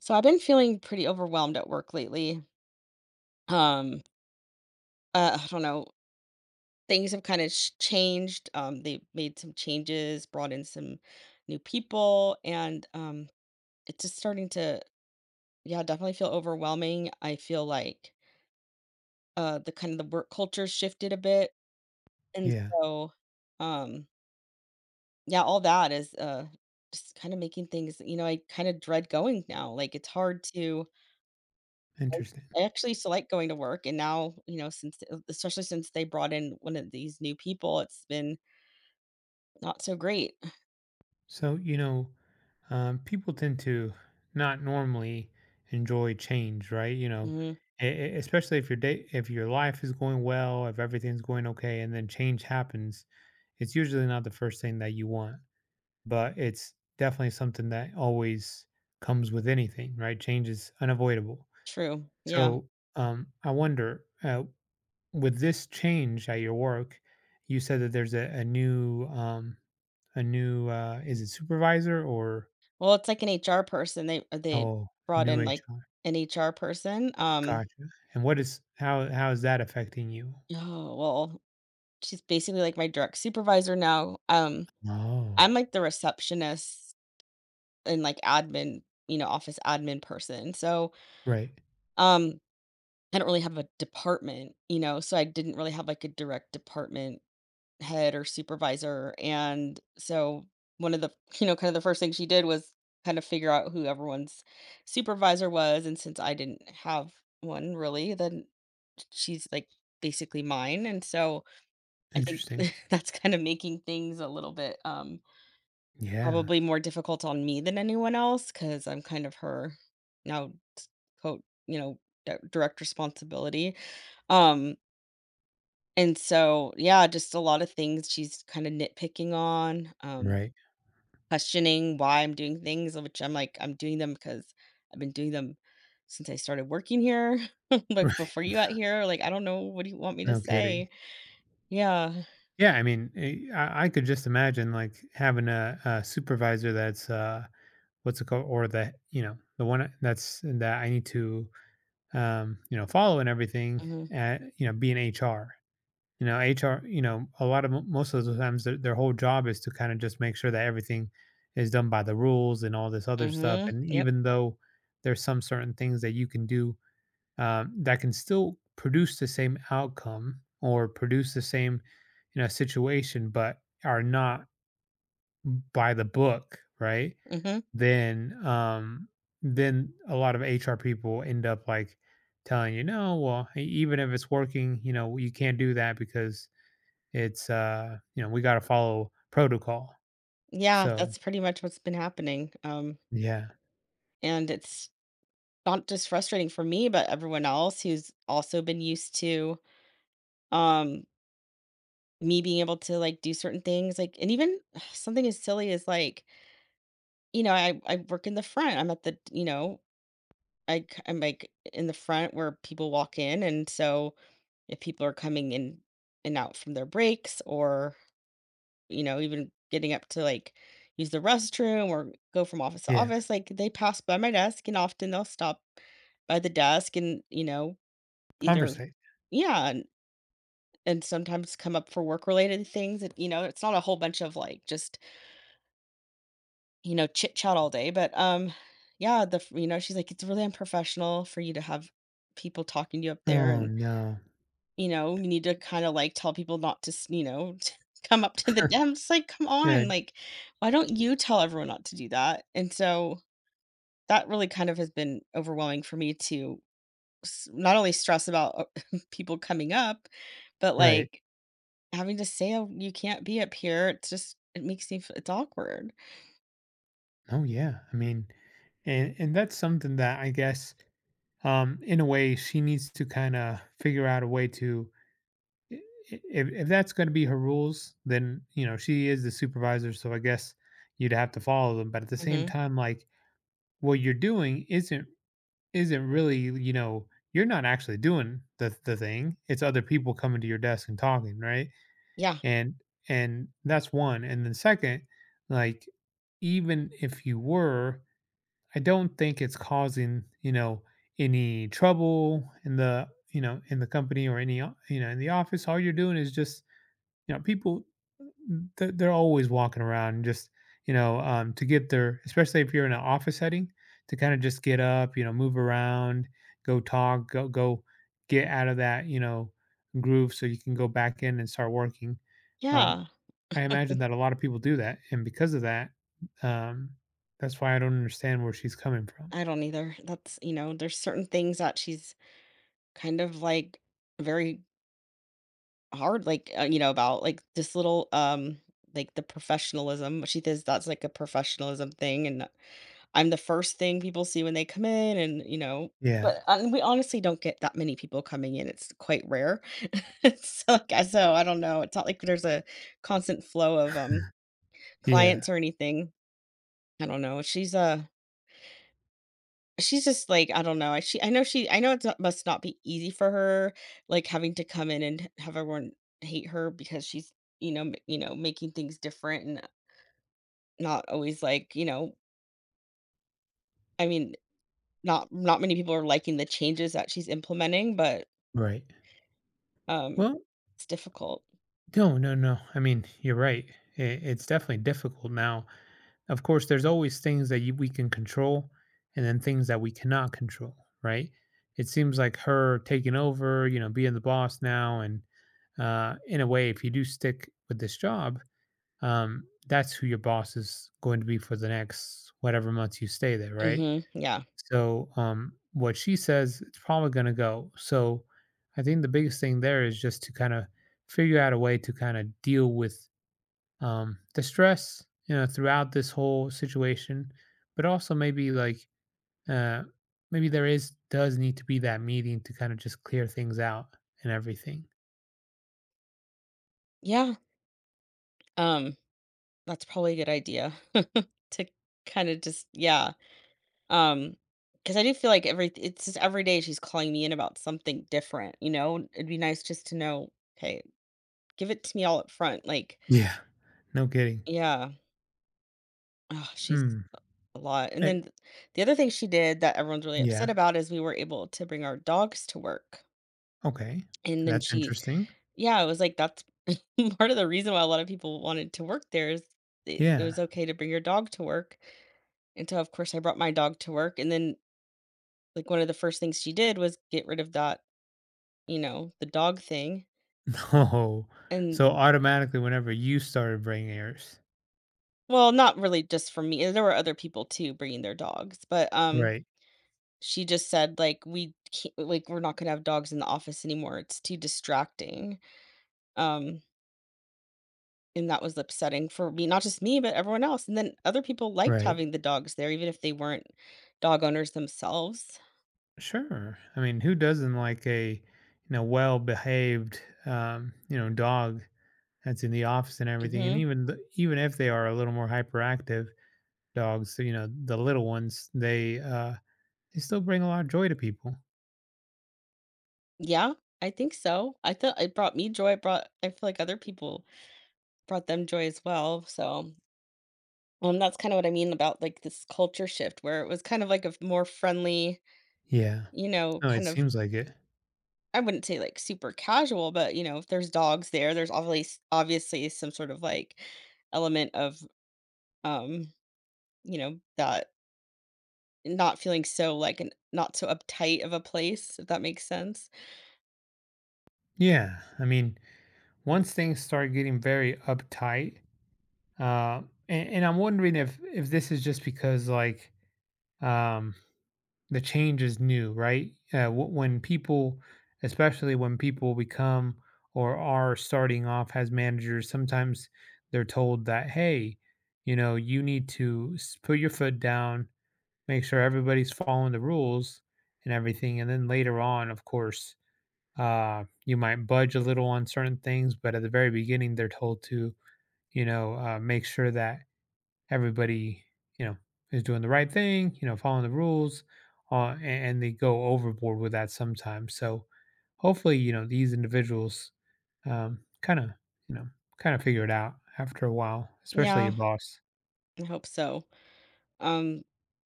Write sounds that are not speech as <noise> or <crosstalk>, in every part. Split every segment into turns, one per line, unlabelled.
So I've been feeling pretty overwhelmed at work lately. Um, I don't know. Things have kind of changed. They made some changes, brought in some new people, and it's just starting to, yeah, definitely feel overwhelming. I feel like the kind of the work culture shifted a bit, and
Yeah,
so, um, yeah, all that is just kind of making things. I kind of dread going now. Like it's hard to.
interesting.
I actually still like going to work, and now, you know, since e especially since they brought in one of these new people, it's been not so great.
So, you know, People tend to not normally enjoy change, right? You know,
Mhm,
especially if your day, if your life is going well, if everything's going okay, and then change happens, it's usually not the first thing that you want, but it's definitely something that always comes with anything, right? Change is unavoidable.
true, yeah.
So, I wonder, with this change at your work, you said that there's a new a new is it supervisor or
Well, it's like an HR person, they
oh,
brought
new
in, like,
HR.
an HR person, um.
Gotcha. And what is how is that affecting you?
Oh, well, she's basically, like, my direct supervisor now,
Oh,
I'm, like, the receptionist and, like, admin, you know, office admin person, so,
right.
um, I don't really have a department, you know, so I didn't really have, like, a direct department head or supervisor. And so one of the, you know, kind of the first thing she did was kind of figure out who everyone's supervisor was. And since I didn't have one really, then she's like basically mine. And so I think
Interesting.
<laughs> that's kind of making things a little bit
Yeah.
probably more difficult on me than anyone else because I'm kind of her now, quote direct responsibility. Um and so, yeah, just a lot of things she's kind of nitpicking on,
Right. <laughs>
questioning why I'm doing things, which I'm like, I'm doing them because I've been doing them since I started working here, <laughs> like
Right.
before you got here. Like, I don't know, what do you want me to
No
say?
kidding.
Yeah.
Yeah. I mean, I could just imagine like having a supervisor that's what's it called? Or the, you know, the one that's that I need to you know, following everything
hmm
at, you know, being HR. You know, HR, you know, a lot of most of the times their whole job is to kind of just make sure that everything is done by the rules and all this other stuff. And
Yep.
even though there's some certain things that you can do, that can still produce the same outcome or produce the same, you know, situation, but are not by the book, right?
hmm
Then then a lot of HR people end up like telling you no, well, even if it's working, you know, you can't do that because it's you know, we got to follow protocol.
Yeah,
So,
that's pretty much what's been happening.
yeah,
And it's not just frustrating for me, but everyone else who's also been used to. Um, Me being able to, like, do certain things, like and even <sighs> something as silly as, like, you know, I work in the front. I'm at the you know, I'm, like, in the front where people walk in, and so if people are coming in and out from their breaks or, you know, even getting up to, like, use the restroom or go from office to
yeah,
office, like, they pass by my desk, and often they'll stop by the desk and, you know, either
conversate.
yeah, and sometimes come up for work-related things, and, you know, it's not a whole bunch of, like, just you know, chit chat all day. But yeah, the you know, she's like, it's really unprofessional for you to have people talking to you up there,
Oh
and
no.
you know, you need to kind of like tell people not to, you know, <laughs> to come up to the dem. It's like, come
Yeah.
on, like, why don't you tell everyone not to do that? And so that really kind of has been overwhelming for me to not only stress about <laughs> people coming up, but
Right.
like having to say, oh, you can't be up here. It's just it makes me it's awkward.
Oh yeah, I mean, and that's something that I guess in a way she needs to kind of figure out a way to i- if that's going to be her rules, then, you know, she is the supervisor, so I guess you'd have to follow them. But at the same
hmm
time, like, what you're doing isn't really, you know, you're not actually doing the thing. It's other people coming to your desk and talking, right?
Yeah,
And and that's one. And then second, like, even if you were, I don't think it's causing, you know, any trouble in the, you know, in the company or any you know, in the office. All you're doing is just, you know, people they're always walking around just, you know, to get their, especially if you're in an office setting, to kind of just get up, you know, move around, go talk, go get out of that, you know, groove so you can go back in and start working. Um,
yeah.
I imagine that a lot of people do that, and because of that, um, that's why I don't understand where she's coming from.
I don't either. That's, you know, there's certain things that she's kind of like very hard, like, you know, about like this little, like the professionalism. She says that's like a professionalism thing. And I'm the first thing people see when they come in. And, you know,
Yeah,
but and we honestly don't get that many people coming in. It's quite rare. <laughs> So, like, so I don't know. It's not like there's a constant flow of
yeah.
clients or anything. I don't know. She's just like, I don't know, I know it must not be easy for her, like, having to come in and have everyone hate her because she's, you know, m you know, making things different and not always, like, you know I mean, not many people are liking the changes that she's implementing, but,
Right.
um,
Well,
it's difficult.
no, no, no. I mean, you're right. It, it's definitely difficult now. Of course, there's always things that you, we can control and then things that we cannot control, right? It seems like her taking over, you know, being the boss now. And in a way, if you do stick with this job, that's who your boss is going to be for the next whatever months you stay there, right?
Mhm, yeah.
So, what she says, it's probably going to go. So, I think the biggest thing there is just to kind of figure out a way to kind of deal with, the stress, you know, throughout this whole situation, but also maybe like uh, maybe there is does need to be that meeting to kind of just clear things out and everything.
Yeah, um, that's probably a good idea <laughs> to kinda just yeah. Um, because I do feel like every it's just every day she's calling me in about something different, you know? It'd be nice just to know, "Okay, give it to me all up front." Like
Yeah. No kidding.
yeah. Ugh, she's
Hmm.
a lot. And
Eh,
then the other thing she did that everyone's really
yeah.
upset about is we were able to bring our dogs to work.
Okay.
And then
That's
she
interesting.
yeah, it was like that's <laughs> part of the reason why a lot of people wanted to work there is it
Yeah.
was
<laughs>
okay to bring your dog to work. And so, of course, I brought my dog to work, and then, like, one of the first things she did was get rid of that you know, the dog thing,
No.
and
So automatically, whenever you started bringing yours,
well, not really just for me, there were other people too bringing their dogs, but,
right,
she just said, like, "We can't like, we're not gonna have dogs in the office anymore, it's too distracting," um, and that was upsetting for me, not just me, but everyone else, and then other people liked
right,
having the dogs there even if they weren't dog owners themselves.
sure. I mean, who doesn't like a, you know, well-behaved, you know, dog that's in the office and everything. And
Mhm.
even even if they are a little more hyperactive dogs, so, you know, the little ones, they still bring a lot of joy to people.
Yeah, I think so. I thought it brought me joy, it brought I feel like other people brought them joy as well, so. Well, and that's kind of what I mean about, like, this culture shift where it was kind of like a more friendly,
Yeah.
you know,
No, it
kind of
seems like it.
I wouldn't say, like, super casual, but, you know, if there's dogs there, there's obviously some sort of, like, element of, um, you know, that not feeling so, like, an not so uptight of a place, if that makes sense.
Yeah. I mean, once things start getting very uptight, uh, and I'm wondering if this is just because like, um, the change is new, right? When people, especially when people become or are starting off as managers, sometimes they're told that, hey, you know, you need to put your foot down, make sure everybody's following the rules and everything. And then later on, of course, you might budge a little on certain things, but at the very beginning, they're told to, you know, make sure that everybody, you know, is doing the right thing, you know, following the rules, and they go overboard with that sometimes. So hopefully, you know, these individuals, kind of, you know, kind of figure it out after a while, especially your
Yeah,
boss.
I hope so. Um,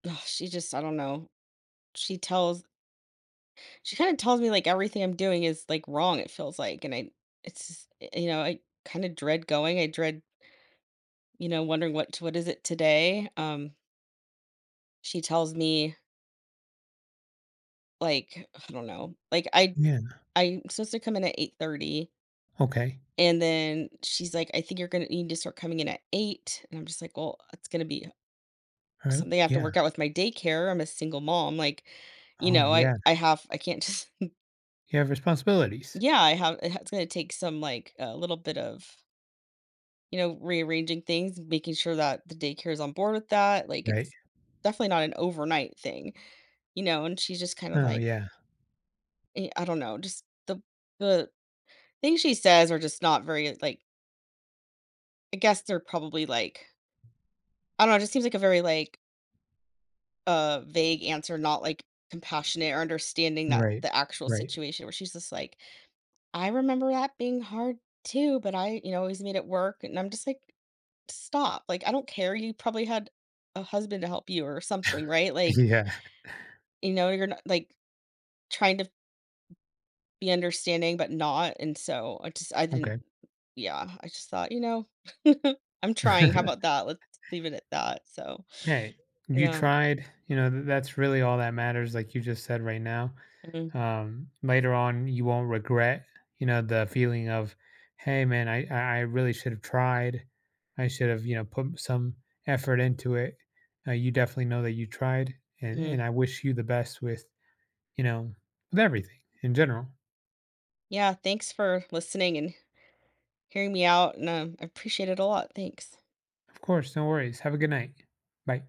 ugh, she just I don't know. She tells She kinda tells me, like, everything I'm doing is, like, wrong, it feels like, and I it's just you know, I kinda dread going, I dread, you know, wondering what is it today? She tells me, like, I don't know, like, I
Yeah.
I'm supposed to come in at 8:30,
Okay.
and then she's like, "I think you're gonna need to start coming in at 8," and I'm just like, "Well, it's gonna be
All right.
something I have to
Yeah.
work out with my daycare, I'm a single mom," like, you
Oh,
know,
yeah.
I have I can't just <laughs>
You have responsibilities,
yeah, I have it's gonna take some, like, a little bit of you know, rearranging things, making sure that the daycare is on board with that. Like
right?
it's definitely not an overnight thing, you know, and she's just kind of
Oh,
like,
yeah.
I don't know, just the things she says are just not very like I guess they're probably like I don't know, it just seems like a very like vague answer, not like compassionate or understanding that
Right.
the actual
Right.
situation where she's just like, I remember that being hard too, but I, you know, always made it work. And I'm just like, stop, like, I don't care, you probably had a husband to help you or something, right?
<laughs>
Like,
Yeah.
you know, you're not, like, trying to be understanding, but not, and so I just I didn't
Okay.
yeah, I just thought, you know, <laughs> I'm trying, how
<laughs>
about that? Let's leave it at that, so,
Hey, you
yeah,
tried. You know, that's really all that matters, like you just said right now.
mhm,
Later on, you won't regret, you know, the feeling of, hey, man, I really should have tried. I should have, you know, put some effort into it. You definitely know that you tried.
mhm.
And I wish you the best with, you know, with everything in general.
Yeah, thanks for listening and hearing me out, and, I appreciate it a lot, thanks.
Of course, no worries. Have a good night. Bye.